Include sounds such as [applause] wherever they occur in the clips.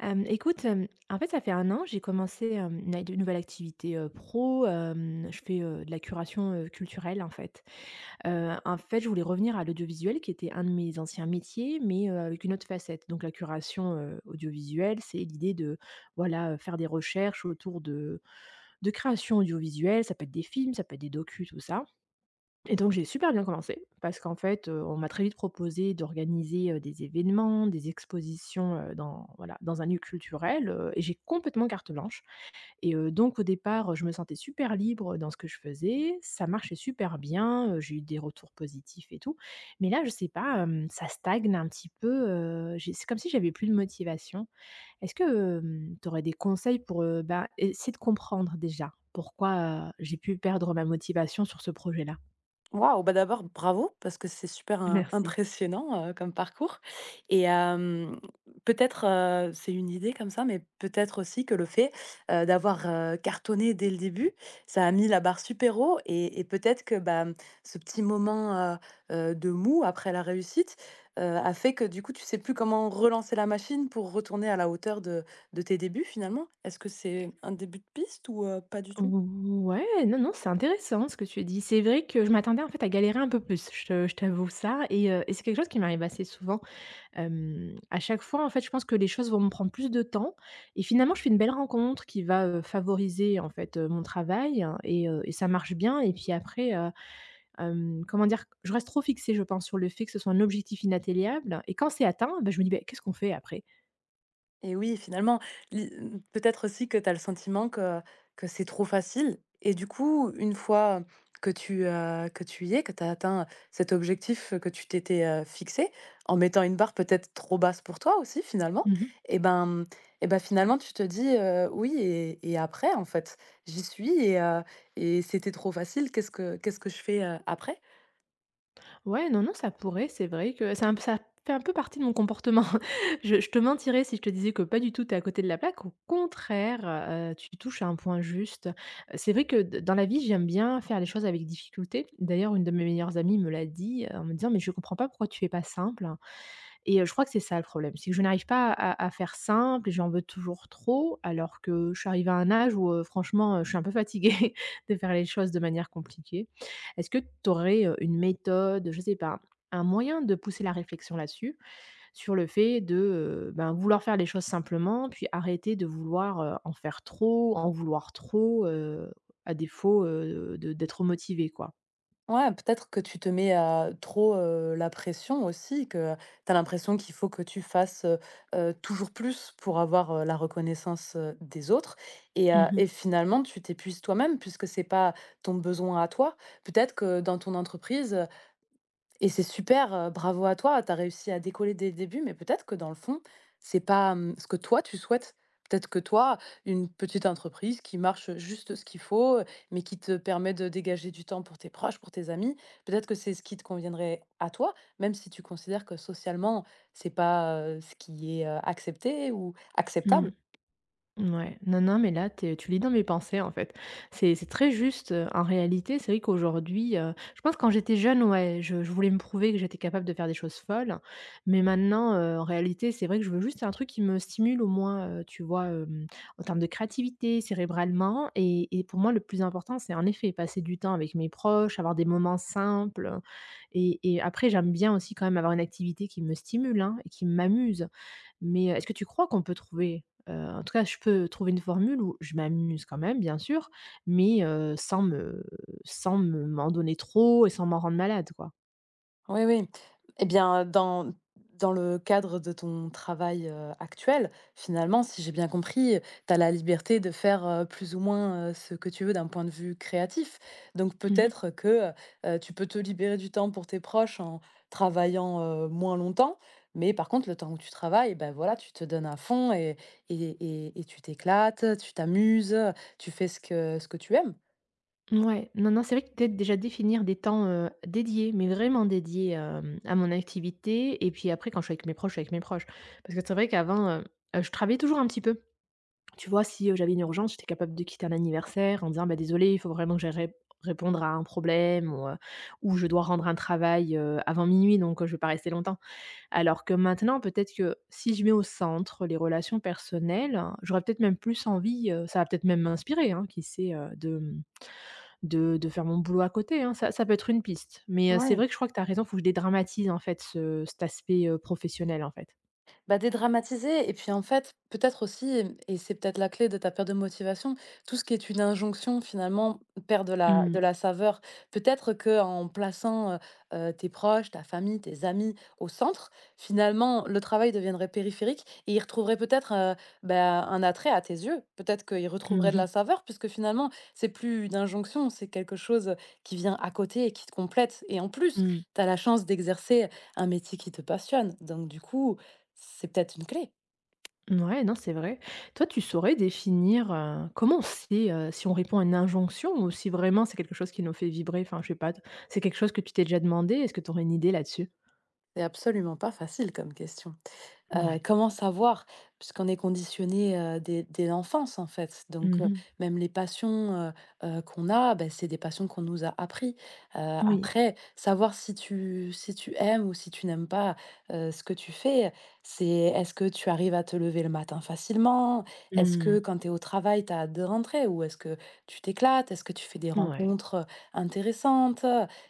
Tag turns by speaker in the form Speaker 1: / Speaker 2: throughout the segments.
Speaker 1: Écoute, en fait, ça fait un an, j'ai commencé, une nouvelle activité, pro, je fais, de la curation, culturelle, en fait. En fait, je voulais revenir à l'audiovisuel qui était un de mes anciens métiers, mais, avec une autre facette. Donc la curation, audiovisuelle, c'est l'idée de, voilà, faire des recherches autour de créations audiovisuelles. Ça peut être des films, ça peut être des docus, tout ça. Et donc j'ai super bien commencé parce qu'en fait, on m'a très vite proposé d'organiser, des événements, des expositions, dans voilà, dans un lieu culturel, et j'ai complètement carte blanche. Et donc au départ, je me sentais super libre dans ce que je faisais, ça marchait super bien, j'ai eu des retours positifs et tout. Mais là, je sais pas, ça stagne un petit peu, j'ai c'est comme si j'avais plus de motivation. Est-ce que, tu aurais des conseils pour, bah, essayer de comprendre déjà pourquoi, j'ai pu perdre ma motivation sur ce projet-là?
Speaker 2: Waouh! Bah, d'abord, bravo parce que c'est super im
Speaker 1: Merci.
Speaker 2: impressionnant, comme parcours et hem, peut-être, c'est une idée comme ça, mais peut-être aussi que le fait, d'avoir, cartonné dès le début, ça a mis la barre super haut et peut-être que, bah, mmh, ce petit moment, de mou après la réussite, a fait que, du coup, tu sais plus comment relancer la machine pour retourner à la hauteur de tes débuts, finalement? Est-ce que c'est un début de piste ou pas du tout?
Speaker 1: Ouais, non, non, c'est intéressant ce que tu dis. C'est vrai que je m'attendais en fait à galérer un peu plus, je t'avoue ça et c'est quelque chose qui m'arrive assez souvent. À chaque fois, en fait, je pense que les choses vont me prendre plus de temps. Et finalement, je fais une belle rencontre qui va, favoriser, en fait, mon travail, hein, et ça marche bien. Et puis après, comment dire? Je reste trop fixée, je pense, sur le fait que ce soit un objectif inatteignable, et quand c'est atteint, bah, je me dis: «Beh, qu'est-ce qu'on fait après?»
Speaker 2: Et oui, finalement, peut-être aussi que tu as le sentiment que c'est trop facile et du coup, une fois que tu y es, que tu as atteint cet objectif que tu t'étais, fixé, en mettant une barre peut-être trop basse pour toi aussi finalement, et ben, mmh, et ben finalement tu te dis, «Oui et après en fait, j'y suis et et c'était trop facile, qu'est-ce que je fais, après?»
Speaker 1: Ouais, non, non, ça pourrait, c'est vrai que ça fait un peu partie de mon comportement. [laughs] Je te mentirais si je te disais que pas du tout, tu es à côté de la plaque. Au contraire, tu touches à un point juste. C'est vrai que d dans la vie, j'aime bien faire les choses avec difficulté. D'ailleurs, une de mes meilleures amies me l'a dit, en me disant: «Mais je comprends pas pourquoi tu es pas simple, hein». Et je crois que c'est ça le problème, c'est que je n'arrive pas à faire simple et j'en veux toujours trop, alors que je suis arrivée à un âge où, franchement, je suis un peu fatiguée [laughs] de faire les choses de manière compliquée. Est-ce que tu aurais une méthode, je sais pas, un moyen de pousser la réflexion là-dessus, sur le fait de, ben, vouloir faire les choses simplement, puis arrêter de vouloir, en faire trop, en vouloir trop, à défaut, de d'être motivé, quoi?
Speaker 2: Ouais, peut-être que tu te mets, à trop, la pression aussi, que tu as l'impression qu'il faut que tu fasses, toujours plus pour avoir, la reconnaissance, des autres et heu
Speaker 1: Mmh mh.
Speaker 2: et finalement tu t'épuises toi-même puisque c'est pas ton besoin à toi. Peut-être que dans ton entreprise, et c'est super, bravo à toi, tu as réussi à décoller dès le début, mais peut-être que dans le fond, c'est pas, mmh, ce que toi tu souhaites. Peut-être que toi, une petite entreprise qui marche juste ce qu'il faut, mais qui te permet de dégager du temps pour tes proches, pour tes amis, peut-être que c'est ce qui te conviendrait à toi, même si tu considères que socialement, c'est pas, ce qui est, accepté ou
Speaker 1: Mmh.
Speaker 2: acceptable.
Speaker 1: Ouais, non, non, mais là, tu lis dans mes pensées, en fait. C'est très juste, en réalité, c'est vrai qu'aujourd'hui, je pense que quand j'étais jeune, ouais, je voulais me prouver que j'étais capable de faire des choses folles, mais maintenant, en réalité, c'est vrai que je veux juste un truc qui me stimule au moins, tu vois, en termes de créativité, cérébralement, et pour moi, le plus important, c'est en effet passer du temps avec mes proches, avoir des moments simples, et après j'aime bien aussi quand même avoir une activité qui me stimule, hein, et qui m'amuse. Mais, est-ce que tu crois qu'on peut trouver, en tout cas je peux trouver une formule où je m'amuse quand même bien sûr, mais, sans me sans me m'en donner trop et sans m'en rendre malade, quoi?
Speaker 2: Oui, oui. Eh bien, dans le cadre de ton travail, actuel, finalement, si j'ai bien compris, tu as la liberté de faire, plus ou moins, ce que tu veux d'un point de vue créatif. Donc
Speaker 1: Mmh mh.
Speaker 2: peut-être que, tu peux te libérer du temps pour tes proches en travaillant, moins longtemps. Mais par contre, le temps où tu travailles, ben voilà, tu te donnes à fond et tu t'éclates, tu t'amuses, tu fais ce que tu aimes.
Speaker 1: Ouais, non, non, c'est vrai que peut-être déjà définir des temps, dédiés, mais vraiment dédiés, à mon activité, et puis après quand je suis avec mes proches, je suis avec mes proches. Parce que c'est vrai qu'avant, je travaillais toujours un petit peu. Tu vois, si, j'avais une urgence, j'étais capable de quitter un anniversaire en disant: «Bah, désolée, il faut vraiment que j'aille répondre à un problème», ou «Je dois rendre un travail, avant minuit, donc, je ne vais pas rester longtemps». Alors que maintenant, peut-être que si je mets au centre les relations personnelles, hein, j'aurais peut-être même plus envie, ça va peut-être même m'inspirer, hein, qui sait, de, mmh, de faire mon boulot à côté, hein. Ça peut être une piste. Mais, c'est
Speaker 2: Oui.
Speaker 1: vrai que je crois que tu as raison, il faut que je dédramatise, en fait, ce cet aspect, professionnel, en fait.
Speaker 2: Bah, dédramatiser et puis, en fait, peut-être aussi et c'est peut-être la clé de ta perte de motivation, tout ce qui est une injonction finalement perd de la
Speaker 1: Mmh.
Speaker 2: saveur. Peut-être que en plaçant, tes proches, ta famille, tes amis au centre, finalement, le travail deviendrait périphérique et il retrouverait peut-être, bah, un attrait à tes yeux. Peut-être qu'il
Speaker 1: Mmh
Speaker 2: retrouverait de la
Speaker 1: mh.
Speaker 2: saveur puisque finalement, c'est plus une injonction, c'est quelque chose, qui vient à côté et qui te complète et en plus,
Speaker 1: Mmh.
Speaker 2: tu as la chance d'exercer un métier qui te passionne. Donc du coup, c'est peut-être une clé.
Speaker 1: Ouais, non, c'est vrai. Toi, tu saurais définir, comment c'est si on répond à une injonction ou si vraiment c'est quelque chose qui nous fait vibrer? Enfin, je sais pas, t c'est quelque chose que tu t'es déjà demandé? Est-ce que tu aurais une idée là-dessus?
Speaker 2: C'est absolument pas facile comme question.
Speaker 1: Ouais.
Speaker 2: Comment savoir? Puisqu'on est conditionné, dès l'enfance, en fait, donc
Speaker 1: Mmh.
Speaker 2: même les passions, qu'on a, bah, c'est des passions qu'on nous a appris. Heu,
Speaker 1: Oui.
Speaker 2: Après, savoir si tu aimes ou si tu n'aimes pas, ce que tu fais, c'est est-ce que tu arrives à te lever le matin facilement? Est-ce
Speaker 1: Mmh.
Speaker 2: que quand tu es au travail, tu as de rentrer? Ou est-ce que tu t'éclates? Est-ce que tu fais des
Speaker 1: Ouais.
Speaker 2: rencontres, intéressantes?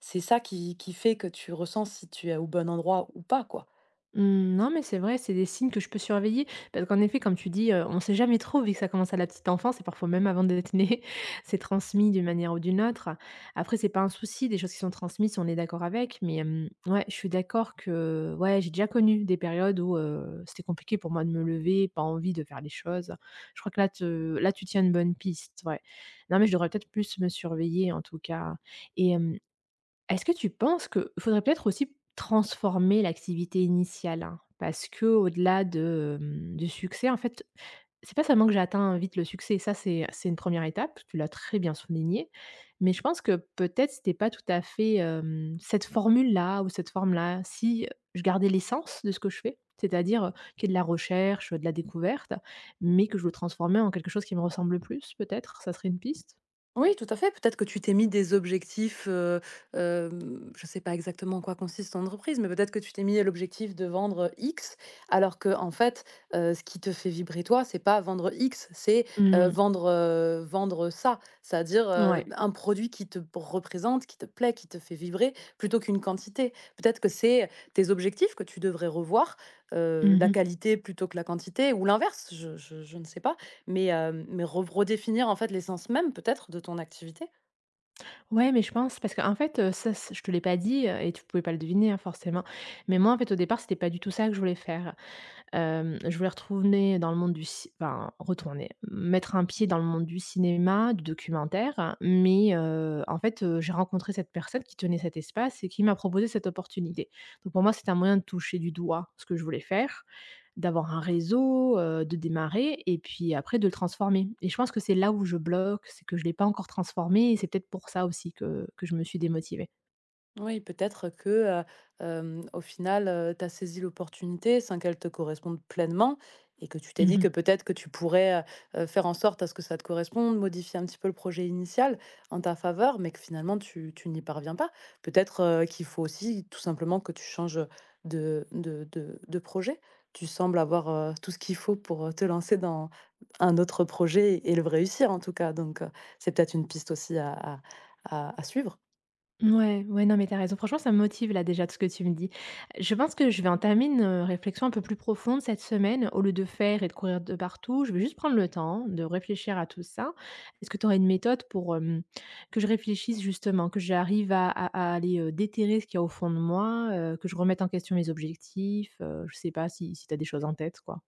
Speaker 2: C'est ça qui fait que tu ressens si tu es au bon endroit ou pas, quoi.
Speaker 1: Mmh, non, mais c'est vrai, c'est des signes que je peux surveiller. Parce qu'en effet, comme tu dis, on ne sait jamais trop vu que ça commence à la petite enfance et parfois même avant d'être né, [laughs] c'est transmis d'une manière ou d'une autre. Après, c'est pas un souci, des choses qui sont transmises, on est d'accord avec. Mais, ouais, je suis d'accord que ouais, j'ai déjà connu des périodes où, c'était compliqué pour moi de me lever, pas envie de faire les choses. Je crois que là, tu tiens une bonne piste, ouais. Non, mais je devrais peut-être plus me surveiller en tout cas. Et est-ce que tu penses qu'il faudrait peut-être aussi transformer l'activité initiale, hein? Parce au delà de, du succès, en fait, c'est pas seulement que j'atteins vite le succès, ça c'est une première étape, tu l'as très bien souligné. Mais je pense que peut-être c'était pas tout à fait, cette formule-là ou cette forme-là. Si je gardais l'essence de ce que je fais, c'est-à-dire, qu'il y ait de la recherche, de la découverte, mais que je le transformais en quelque chose qui me ressemble plus peut-être, ça serait une piste?
Speaker 2: Oui, tout à fait. Peut-être que tu t'es mis des objectifs, je ne sais pas exactement en quoi consiste ton entreprise, mais peut-être que tu t'es mis l'objectif de vendre X, alors que en fait, ce qui te fait vibrer toi, c'est pas vendre X, c'est, Mmh
Speaker 1: Mmh,
Speaker 2: vendre, vendre ça. C'est-à-dire, Mmh
Speaker 1: ouais.
Speaker 2: un produit qui te représente, qui te plaît, qui te fait vibrer, plutôt qu'une quantité. Peut-être que c'est tes objectifs que tu devrais revoir, la
Speaker 1: Mmh.
Speaker 2: qualité plutôt que la quantité ou l'inverse, je ne sais pas mais, mais re redéfinir en fait l'essence même peut-être de ton activité?
Speaker 1: Ouais, mais je pense parce qu'en fait, ça c je te l'ai pas dit, et tu pouvais pas le deviner, hein, forcément. Mais moi, en fait, au départ, c'était pas du tout ça que je voulais faire. Je voulais retourner dans le monde du ci enfin, retourner, mettre un pied dans le monde du cinéma, du documentaire, mais en fait, j'ai rencontré cette personne qui tenait cet espace et qui m'a proposé cette opportunité. Donc pour moi, c'était un moyen de toucher du doigt ce que je voulais faire, d'avoir un réseau, de démarrer et puis après de le transformer. Et je pense que c'est là où je bloque, c'est que je ne l'ai pas encore transformé, et c'est peut-être pour ça aussi que je me suis démotivée.
Speaker 2: Oui, peut-être que, heu, au final, tu as saisi l'opportunité sans qu'elle te corresponde pleinement et que tu t'es Mmh dit
Speaker 1: Mmh.
Speaker 2: que peut-être que tu pourrais, faire en sorte à ce que ça te corresponde, modifier un petit peu le projet initial en ta faveur, mais que finalement tu n'y parviens pas. Peut-être, qu'il faut aussi tout simplement que tu changes, de projet. Tu sembles avoir, tout ce qu'il faut pour, te lancer dans un autre projet et le réussir en tout cas, donc c'est peut-être une piste aussi à suivre.
Speaker 1: Ouais, ouais, non, mais t'as raison. Franchement, ça me motive là déjà tout ce que tu me dis. Je pense que je vais entamer une, réflexion un peu plus profonde cette semaine. Au lieu de faire et de courir de partout, je vais juste prendre le temps de réfléchir à tout ça. Est-ce que tu aurais une méthode pour, que je réfléchisse justement, que j'arrive à aller, déterrer ce qu'il y a au fond de moi, que je remette en question mes objectifs? Je sais pas si tu as des choses en tête, quoi?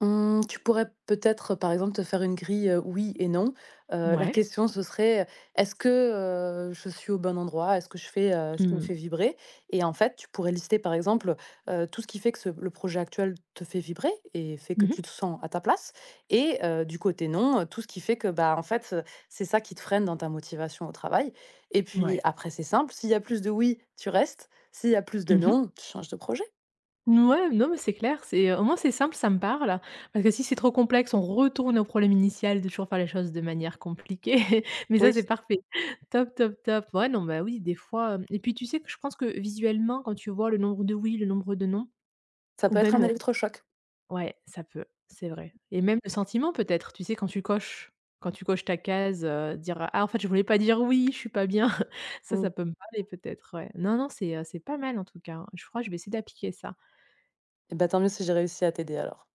Speaker 2: Mmh, tu pourrais peut-être, par exemple, te faire une grille, oui et non. La
Speaker 1: Ouais.
Speaker 2: question ce serait, «Est-ce que, je suis au bon endroit? Est-ce que je fais, ce qui me
Speaker 1: Mmh.
Speaker 2: fait vibrer?» et en fait, tu pourrais lister, par exemple, tout ce qui fait que ce le projet actuel te fait vibrer et fait que tu
Speaker 1: Mmh.
Speaker 2: te sens à ta place et du côté non, tout ce qui fait que, bah, en fait, c'est ça qui te freine dans ta motivation au travail et puis
Speaker 1: Ouais.
Speaker 2: après c'est simple, s'il y a plus de oui, tu restes, s'il y a plus de
Speaker 1: Mmh.
Speaker 2: non, tu changes de projet.
Speaker 1: Ouais, non, mais c'est clair, c'est, au moins c'est simple, ça me parle. Parce que si c'est trop complexe, on retourne au problème initial de toujours faire les choses de manière compliquée. [laughs] Mais
Speaker 2: Oui,
Speaker 1: ça, c'est parfait. Top, top, top. Ouais, non, bah, oui, des fois, hem et puis tu sais que je pense que visuellement, quand tu vois le nombre de oui, le nombre de non
Speaker 2: ça
Speaker 1: ou
Speaker 2: peut être un
Speaker 1: même,
Speaker 2: électrochoc.
Speaker 1: ouais, ça peut, c'est vrai, et même le sentiment peut-être, tu sais, quand tu coches ta case, dire: «Ah, en fait, je voulais pas dire oui, je suis pas bien». [laughs] Ça,
Speaker 2: Mmh.
Speaker 1: ça peut me parler peut-être, ouais. Non, non, c'est pas mal en tout cas, hein. Je crois que je vais essayer d'appliquer ça.
Speaker 2: Et bah, tant mieux si j'ai réussi à t'aider alors.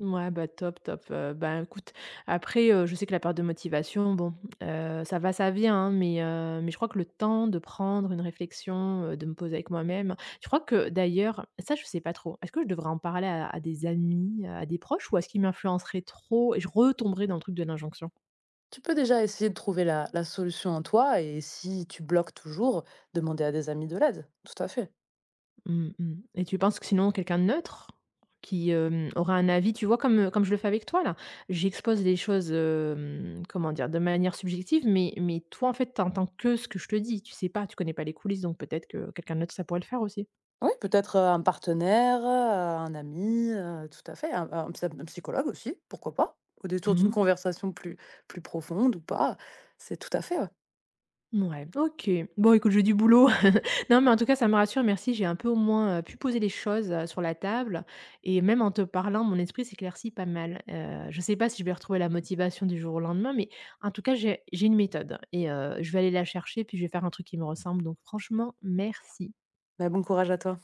Speaker 1: Ouais bah, top, top, ben, écoute, après, je sais que la perte de motivation, bon, ça va, ça vient, hein, mais je crois que le temps de prendre une réflexion, de me poser avec moi-même, je crois que d'ailleurs ça, je sais pas trop, est-ce que je devrais en parler à des amis, à des proches, ou est-ce qu'ils m'influenceraient trop et je retomberais dans le truc de l'injonction?
Speaker 2: Tu peux déjà essayer de trouver la solution en toi et si tu bloques toujours, demander à des amis de l'aide. Tout à fait.
Speaker 1: Mmh mh. Et tu penses que sinon quelqu'un de neutre qui, aura un avis, tu vois comme je le fais avec toi là, j'expose les choses, comment dire? De manière subjective, mais toi en fait tu entends que ce que je te dis, tu sais pas, tu connais pas les coulisses, donc peut-être que quelqu'un d'autre ça pourrait le faire aussi.
Speaker 2: Oui, peut-être un partenaire, un ami, tout à fait. Un un psychologue aussi, pourquoi pas. Au détour d'une
Speaker 1: Mmh.
Speaker 2: conversation plus, plus profonde ou pas. C'est tout à fait. Ouais.
Speaker 1: Ouais. OK. Bon écoute, j'ai du boulot. [laughs] Non, mais en tout cas, ça me rassure, merci. J'ai un peu au moins, pu poser les choses, sur la table, et même en te parlant, mon esprit s'éclaircit pas mal. Je sais pas si je vais retrouver la motivation du jour au lendemain, mais en tout cas, j'ai une méthode et je vais aller la chercher, puis je vais faire un truc qui me ressemble, donc franchement, merci.
Speaker 2: Mais bon courage à toi.